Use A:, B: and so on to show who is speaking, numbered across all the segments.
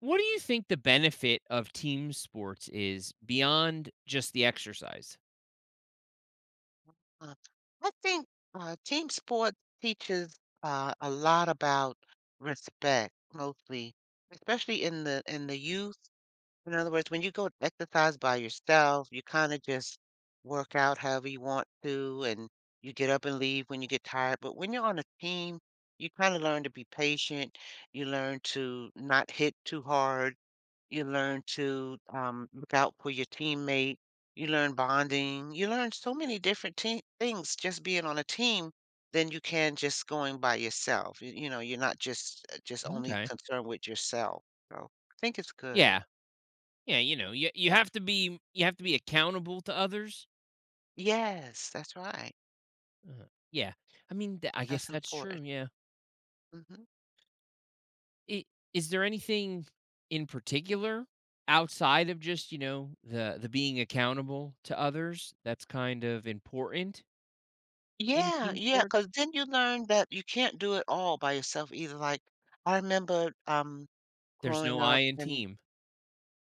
A: What do you think the benefit of team sports is beyond just the exercise?
B: Uh, I think team sport teaches a lot about respect, mostly, especially in the youth. In other words, when you go to exercise by yourself, you kind of just work out however you want to, and you get up and leave when you get tired. But when you're on a team, you kind of learn to be patient. You learn to not hit too hard you learn to, look out for your teammate. You learn bonding. You learn so many different teen things just being on a team than you can just going by yourself. You know, you're not just just only
A: Okay.
B: concerned with yourself. So, I think it's good.
A: Yeah. Yeah, you know, you have to be accountable to others.
B: Yes, that's right.
A: Uh, yeah. I mean, I guess
B: That's
A: that's true,
B: important.
A: yeah.
B: Mhm.
A: I- Is there anything in particular outside of just, you know, the being accountable to others that's kind of important in
B: Yeah,
A: team
B: yeah,
A: sports?
B: because then you learn that you can't do it all by yourself either. Like, I remember,
A: There's
B: growing
A: no I
B: up
A: in
B: and
A: team.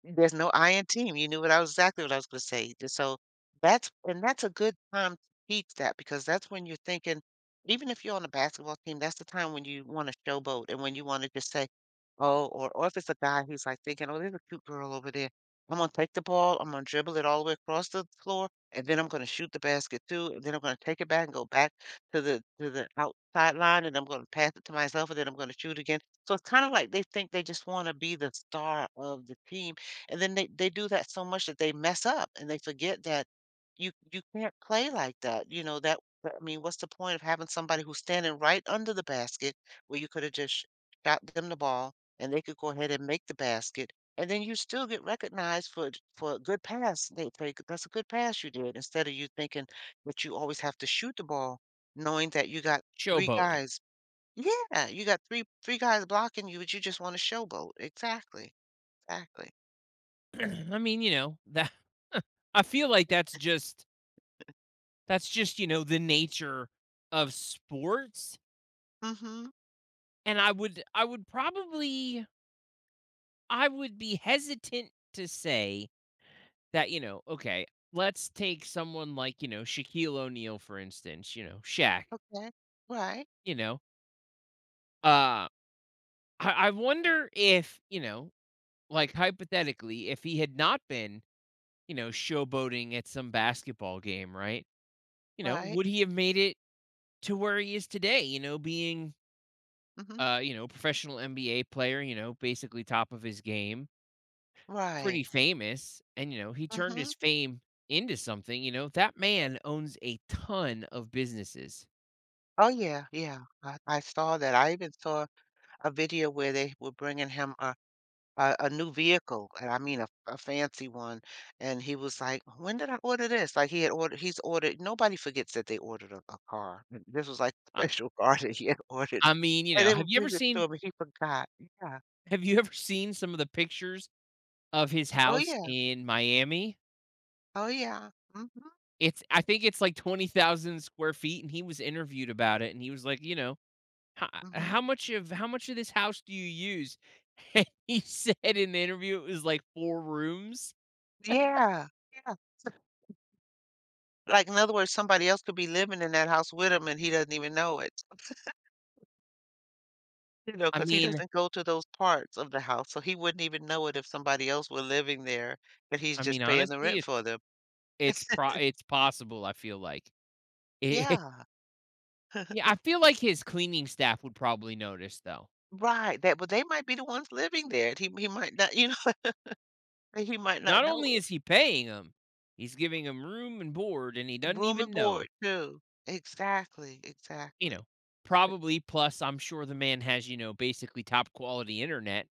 B: there's no I in team. You knew what I was exactly what I was gonna say. Just so that's a good time to teach that because that's when you're thinking, even if you're on a basketball team, that's the time when you want to showboat and when you want to just say, oh, or if it's a guy who's like thinking, oh, there's a cute girl over there. I'm gonna take the ball, I'm gonna dribble it all the way across the floor, and then I'm gonna shoot the basket too, and then I'm gonna take it back and go back to the outside line and I'm gonna pass it to myself and then I'm gonna shoot again. So it's kind of like they think they just want to be the star of the team and then they do that so much that they mess up and they forget that you can't play like that, you know, I mean, what's the point of having somebody who's standing right under the basket where you could have just shot them the ball and they could go ahead and make the basket, and then you still get recognized for a good pass. They say that's a good pass you did instead of you thinking that you always have to shoot the ball, knowing that you got three
A: Showboating.
B: guys. Yeah, you got three guys blocking you, but you just want to showboat. Exactly, exactly.
A: I mean, you know, that I feel like that's just, you know, the nature of sports,
B: Mm-hmm.
A: and I would be hesitant to say that, you know, okay, let's take someone like, you know, Shaquille O'Neal, for instance, you know, Shaq,
B: Okay. Right,
A: you know, uh, I wonder if, you know, like, hypothetically, if he had not been, you know, showboating at some basketball game, right, you know,
B: right.
A: would he have made it to where he is today, you know, being
B: Mhm.
A: you know, professional NBA player, you know, basically top of his game,
B: Right.
A: pretty famous. And, you know, he turned his
B: Mhm.
A: fame into something. You know, that man owns a ton of businesses.
B: Oh, yeah, yeah. I saw that. I even saw a video where they were bringing him a new vehicle, and I mean a fancy one, and he was like, "When did I order this?" Like, he had ordered he's ordered nobody forgets that they ordered a car. And this was like a
A: I,
B: special car that he had ordered,
A: I mean, you
B: and
A: know,
B: they
A: have
B: would
A: you ever
B: bring it to
A: seen
B: him, and he forgot. Yeah.
A: have you ever seen some of the pictures of his
B: Oh,
A: house
B: yeah.
A: in Miami?
B: Oh, yeah. Mhm,
A: It's I think it's like 20,000 square feet, and he was interviewed about it and he was like, you know, how,
B: mhm.
A: how much of how much of this house do you use? And he said in the interview it was like four rooms.
B: Yeah. Yeah. Like, in other words, somebody else could be living in that house with him, and he doesn't even know it, you know,
A: I
B: because he
A: mean,
B: doesn't go to those parts of the house, so he wouldn't even know it if somebody else were living there, but he's
A: I mean,
B: just paying the
A: honestly,
B: rent for them.
A: it's pro it's possible, I feel like. It
B: Yeah,
A: yeah, I feel like his cleaning staff would probably notice, though.
B: right, that but they might be the ones living there, he might not, you know, he might not
A: Not
B: know
A: only
B: it.
A: is he paying 'em, he's giving 'em room and board, and he
B: And
A: doesn't
B: room
A: even
B: and
A: know.
B: board too. Exactly,
A: You
B: exactly.
A: know, probably, plus, I'm sure the man has, you know, basically top quality internet.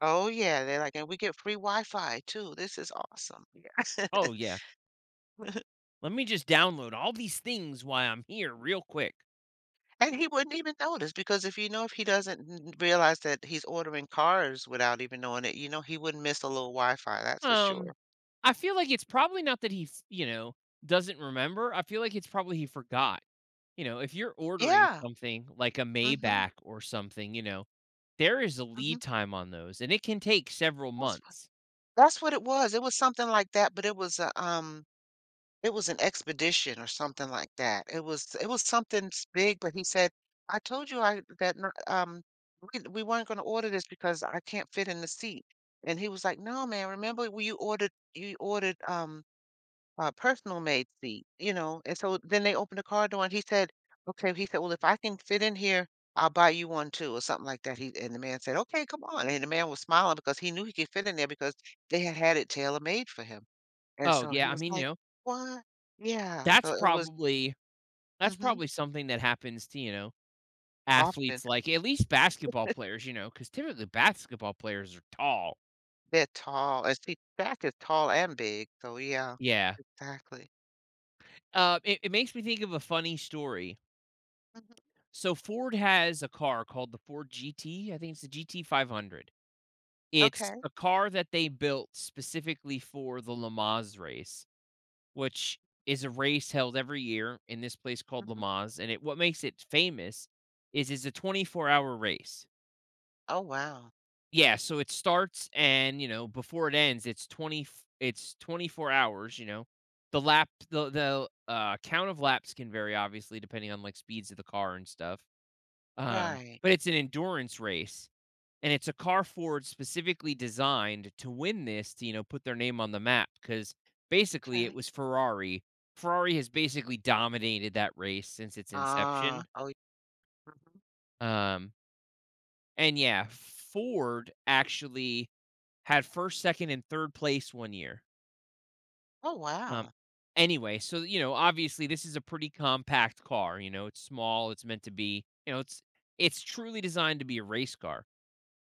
B: Oh, yeah, they're like, "And we get free Wi-Fi too, this is awesome." Yeah.
A: "Oh, yeah. Let me just download all these things while I'm here real quick."
B: And he wouldn't even notice because if you know if he doesn't realize that he's ordering cars without even knowing it, you know he wouldn't miss a little Wi-Fi, that's for
A: Um,
B: sure.
A: I feel like it's probably not that he f doesn't remember. I feel like it's probably he forgot. You know, if you're ordering
B: Yeah.
A: something like a
B: Mm-hmm.
A: Maybach or something, you know, there is a
B: Mm-hmm.
A: lead time on those and it can take several
B: That's wh-
A: months.
B: that's what it was. It was something like that, but it was a it was an expedition or something like that. It was something big, but he said, "I told you I that we weren't going to order this because I can't fit in the seat." And he was like, "No, man, remember when you ordered personal maid seat, you know. And so then they opened the car door, and he said, "Okay." He said, "Well, if I can fit in here, I'll buy you one too, or something like that." He and the man said, "Okay, come on." And the man was smiling because he knew he could fit in there because they had it tailor made for him. And
A: Oh,
B: so
A: yeah,
B: he
A: I
B: was
A: mean, you
B: like,
A: know,
B: "What?" Yeah.
A: that's
B: So it was
A: probably that's
B: hmm
A: probably something that happens to, you know,
B: often
A: athletes like at least basketball players, you know, because typically basketball players are tall.
B: they're tall, and see, Jack is tall and big. So yeah,
A: Yeah.
B: exactly.
A: It makes me think of a funny story.
B: Hmm.
A: So Ford has a car called the Ford GT. I think it's the GT500. It's
B: Okay.
A: a car that they built specifically for the Le Mans race, which is a race held every year in this place called Le
B: Hmm.
A: Mans. And it what makes it famous is it's a 24-hour race.
B: Oh wow.
A: Yeah, so it starts and, you know, before it ends, it's 24 hours, you know. The count of laps can vary obviously depending on like speeds of the car and stuff.
B: Right.
A: But it's an endurance race, and it's a car Ford specifically designed to win this to put their name on the map because basically it
B: Okay.
A: was Ferrari. Ferrari has basically dominated that race since its
B: Ah.
A: inception.
B: Oh. Mhm.
A: Um, and yeah, Ford actually had first, second, and third place one year.
B: Oh
A: Um,
B: wow.
A: anyway, so you know, obviously this is a pretty compact car. You know, it's small. It's meant to be. You know, it's truly designed to be a race car.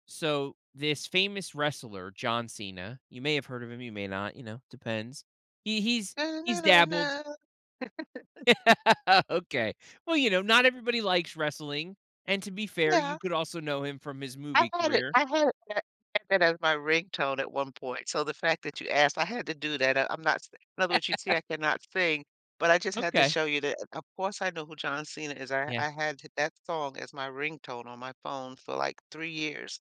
A: So this famous wrestler, John Cena, you may have heard of him, you may not, you know, depends. He he's he's
B: Na-na-na-na.
A: dabbled. Okay. Well, you know, not everybody likes wrestling. And to be fair, you
B: Yeah,
A: could also know him from his movie career.
B: that had that as my ringtone at one point, so the fact that you asked, I had to do that, I I'm not si in other words, you see I cannot sing, but I just had to
A: Okay.
B: show you that of course I know who John Cena is, I
A: Yeah.
B: I had that song as my ringtone on my phone for, like, 3 years.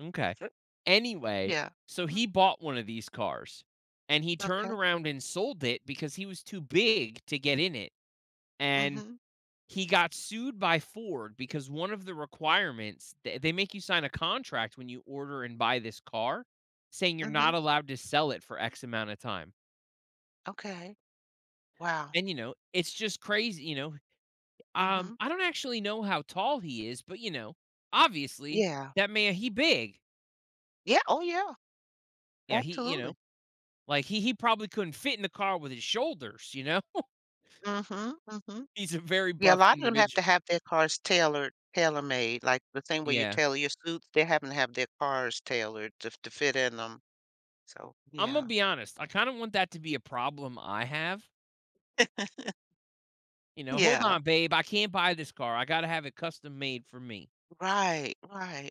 A: Okay. Anyway,
B: Yeah.
A: so
B: Mhm,
A: he bought one of these cars and he turned
B: okay.
A: around and sold it because he was too big to get in it. And
B: Mhm,
A: he got sued by Ford because one of the requirements, they make you sign a contract when you order and buy this car, saying you're
B: mhm,
A: not allowed to sell it for X amount of time.
B: okay. Wow.
A: And, you know, it's just crazy, you know?
B: Mhm.
A: I don't actually know how tall he is, but, you know, obviously,
B: Yeah.
A: that man, he big.
B: Yeah, oh yeah,
A: Yeah,
B: absolutely.
A: like, he probably couldn't fit in the car with his shoulders, you know?
B: Mhm, mhm.
A: He's a very
B: Yeah, a
A: buff
B: lot of them have
A: individual.
B: to have their cars tailored tailor-made, like, the same way you
A: Yeah.
B: tailor your suits, they're having to have their cars tailored to fit in them. So,
A: Imma
B: yeah.
A: be honest, I kinda want that to be a problem I have. You know, "Hold
B: Yeah.
A: on, babe, I can't buy this car. I gotta have it custom made for me."
B: Right, right.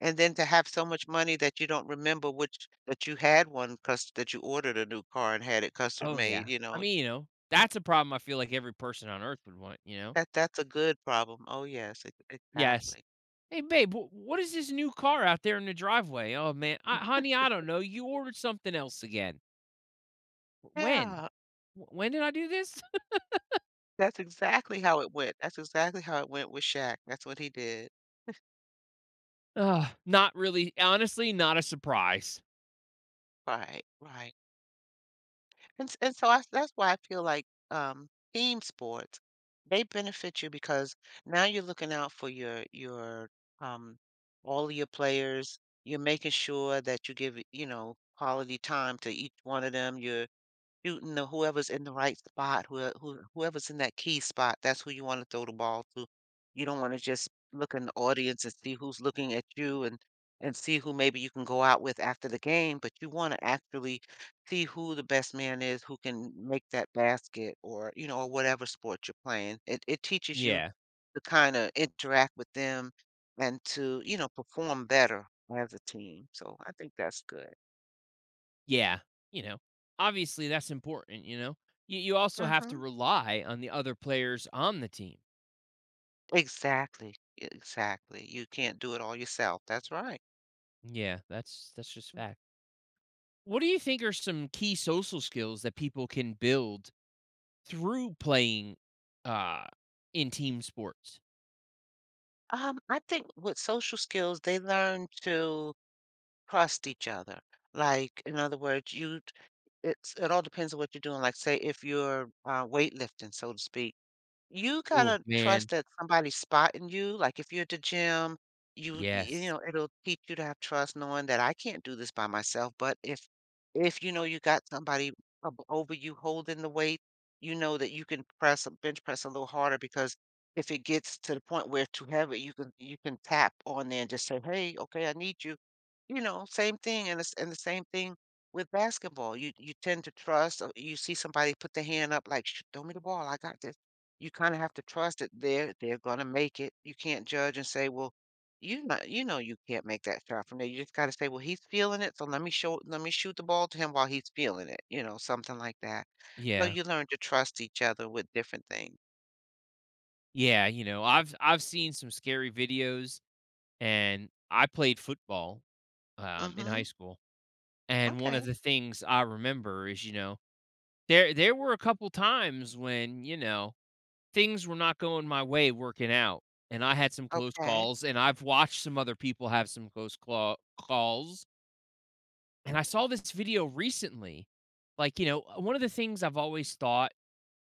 B: And then to have so much money that you don't remember which that you had one cus that you ordered a new car and had it custom
A: Oh, yeah.
B: made, you
A: I
B: know?
A: mean, you know, that's a problem I feel like every person on earth would want, you know?
B: That's a good problem. Oh, yes, e
A: Yes.
B: exactly.
A: "Hey, babe, wh what is this new car out there in the driveway?" "Oh, man. I Honey, I don't know. You ordered something else again." "Wh When?
B: Yeah.
A: Wh When did I do this?"
B: That's exactly how it went. That's exactly how it went with Shaq. That's what he did.
A: Ugh, not really honestly, not a surprise.
B: Right, right. And s and so I that's why I feel like, team sports, they benefit you because now you're looking out for your, um all of your players. You're making sure that you give, it, you know, quality time to each one of them. You're shooting the whoever's in the right spot, whoever's in that key spot, that's who you wanna throw the ball to. You don't wanna just look in the audience and see who's looking at you and see who maybe you can go out with after the game, but you wanna actually see who the best man is who can make that basket or, you know, or whatever sport you're playing. It teaches you
A: Yeah.
B: to kinda interact with them and to, you know, perform better as a team, so I think that's good.
A: Yeah. You know, obviously, that's important, you know? You also have to
B: Mhm.
A: rely on the other players on the team.
B: Exactly, exactly. You can't do it all yourself. That's right.
A: Yeah, that's just fact. What do you think are some key social skills that people can build through playing uh in team sports?
B: I think with social skills, they learn to trust each other. Like, in other words, you it all depends on what you're doing. Like, say if you're weightlifting, so to speak. You
A: Oh
B: kinda
A: man.
B: trust that somebody's spotting you, like, if you're at the gym, you
A: Yes.
B: know, it'll teach you to have trust knowing that I can't do this by myself, but if you know you got somebody ab over you holding the weight, you know that you can press a bench press a little harder because if it gets to the point where it's too heavy, you can tap on there and just say, "Hey, okay, I need you." You know, same thing, and it's and the same thing with basketball. You tend to trust, you see somebody put the hand up like, "Sh throw me the ball, I got this." You kinda have to trust that they're gonna make it. You can't judge and say, "Well, you not you know you can't make that shot from there." You just gotta say, "Well, he's feeling it, so let me shoot the ball to him while he's feeling it," you know, something like that. So
A: Yeah.
B: you learn to trust each other with different things.
A: Yeah, you know, I've seen some scary videos and I played football in high
B: Mhm.
A: school. And one of
B: Okay.
A: the things I remember is, you know, there were a couple times when, you know, things were not going my way working out, and I had some close
B: Okay.
A: calls and I've watched some other people have some close calls. And I saw this video recently. Like, you know, one of the things I've always thought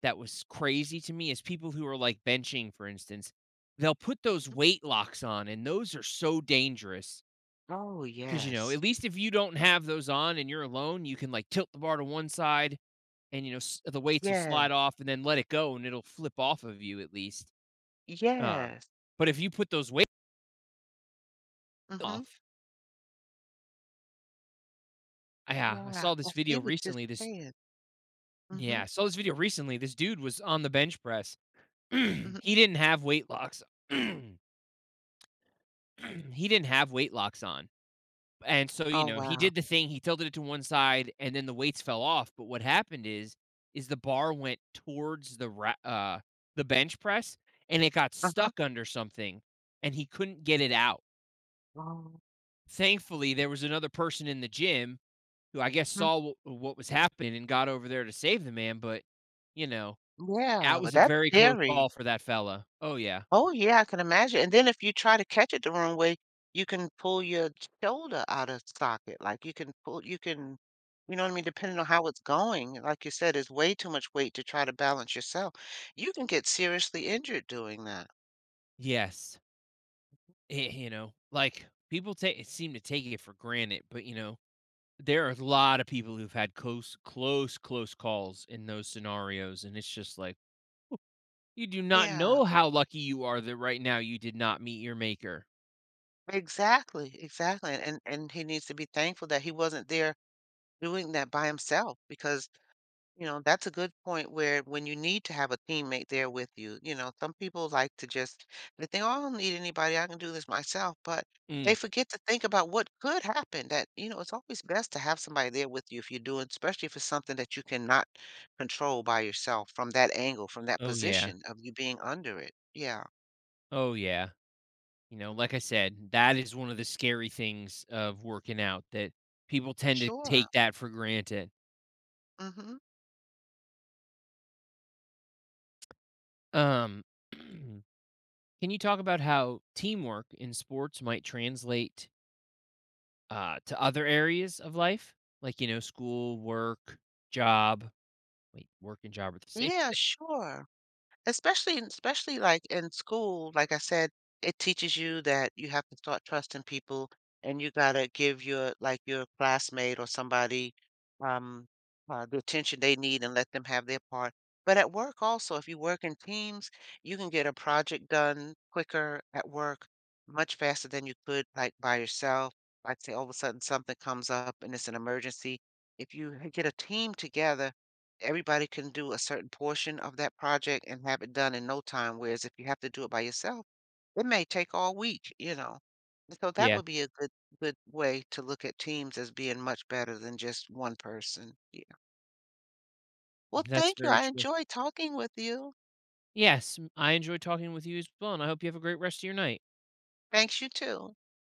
A: that was crazy to me is people who are like benching, for instance, they'll put those weight locks on, and those are so dangerous.
B: Oh,
A: Cause, you know, at
B: yes.
A: least if you don't have those on and you're alone, you can like tilt the bar to one side and, you know, the weights will
B: Yes.
A: slide off, and then let it go and it'll flip off of you at least. Um,
B: Yes.
A: but if you put those weights
B: Mhm.
A: off, yeah, I
B: Yeah.
A: saw this
B: I
A: video
B: see what you're
A: recently.
B: saying.
A: Yeah,
B: Mhm.
A: I saw this video recently. This dude was on the bench press. He
B: Mhm.
A: didn't have weight locks. He didn't have weight locks on. And so, you
B: Oh,
A: know, he
B: wow.
A: did the thing, he tilted it to one side and then the weights fell off, but what happened is the bar went towards the bench press, and it got
B: Uh-huh.
A: stuck under something and he couldn't get it out.
B: Oh,
A: Thankfully, there was another person in the gym who I guess
B: mhm.
A: saw what was happening and got over there to save the man, but you know,
B: Yeah,
A: that
B: but
A: was a
B: that's
A: very close call
B: scary.
A: for that fella. Oh yeah.
B: Oh, yeah, I can imagine, and then if you try to catch it the wrong way, you can pull your shoulder out of socket, like, you can pull you can you know what I mean, depending on how it's going, like you said, is way too much weight to try to balance yourself. You can get seriously injured doing that.
A: Yes. You know, like people take it seem to take it for granted, but you know, there are a lot of people who've had close, close, close calls in those scenarios, and it's just like you do not
B: Yeah,
A: know how lucky you are that right now you did not meet your maker.
B: exactly, exactly, and he needs to be thankful that he wasn't there doing that by himself because you know, that's a good point where when you need to have a teammate there with you, you know, some people like to just they think, "Oh, I don't need anybody. I can do this myself." But
A: Mm.
B: they forget to think about what could happen. That, you know, it's always best to have somebody there with you if you're doing, especially if it's something that you cannot control by yourself from that angle, from that
A: Oh yeah,
B: position of you being under it. Yeah.
A: oh yeah. You know,
B: Mm,
A: like I said, that is one of the scary things of working out that people tend to take
B: sure.
A: that for granted.
B: Hmm.
A: Um, can you talk about how teamwork in sports might translate to other areas of life, like, you know, school, work, job. Wait, work and job are the same
B: Yeah,
A: thing.
B: sure. Especially especially, like, in school, like I said, it teaches you that you have to start trusting people, and you gotta give your like, your classmate or somebody, um, the attention they need and let them have their part. But at work also, if you work in teams, you can get a project done quicker at work, much faster than you could, like, by yourself. Like, say, all of a sudden something comes up and it's an emergency. If you get a team together, everybody can do a certain portion of that project and have it done in no time. Whereas if you have to do it by yourself, it may take all week, you know. And so that
A: Yeah,
B: would be a good way to look at teams as being much better than just one person. Yeah. Well,
A: that's
B: thank you.
A: very
B: I
A: true.
B: enjoyed talking with you.
A: Yes, I enjoyed talking with you as well, and I hope you have a great rest of your night.
B: Thanks you too.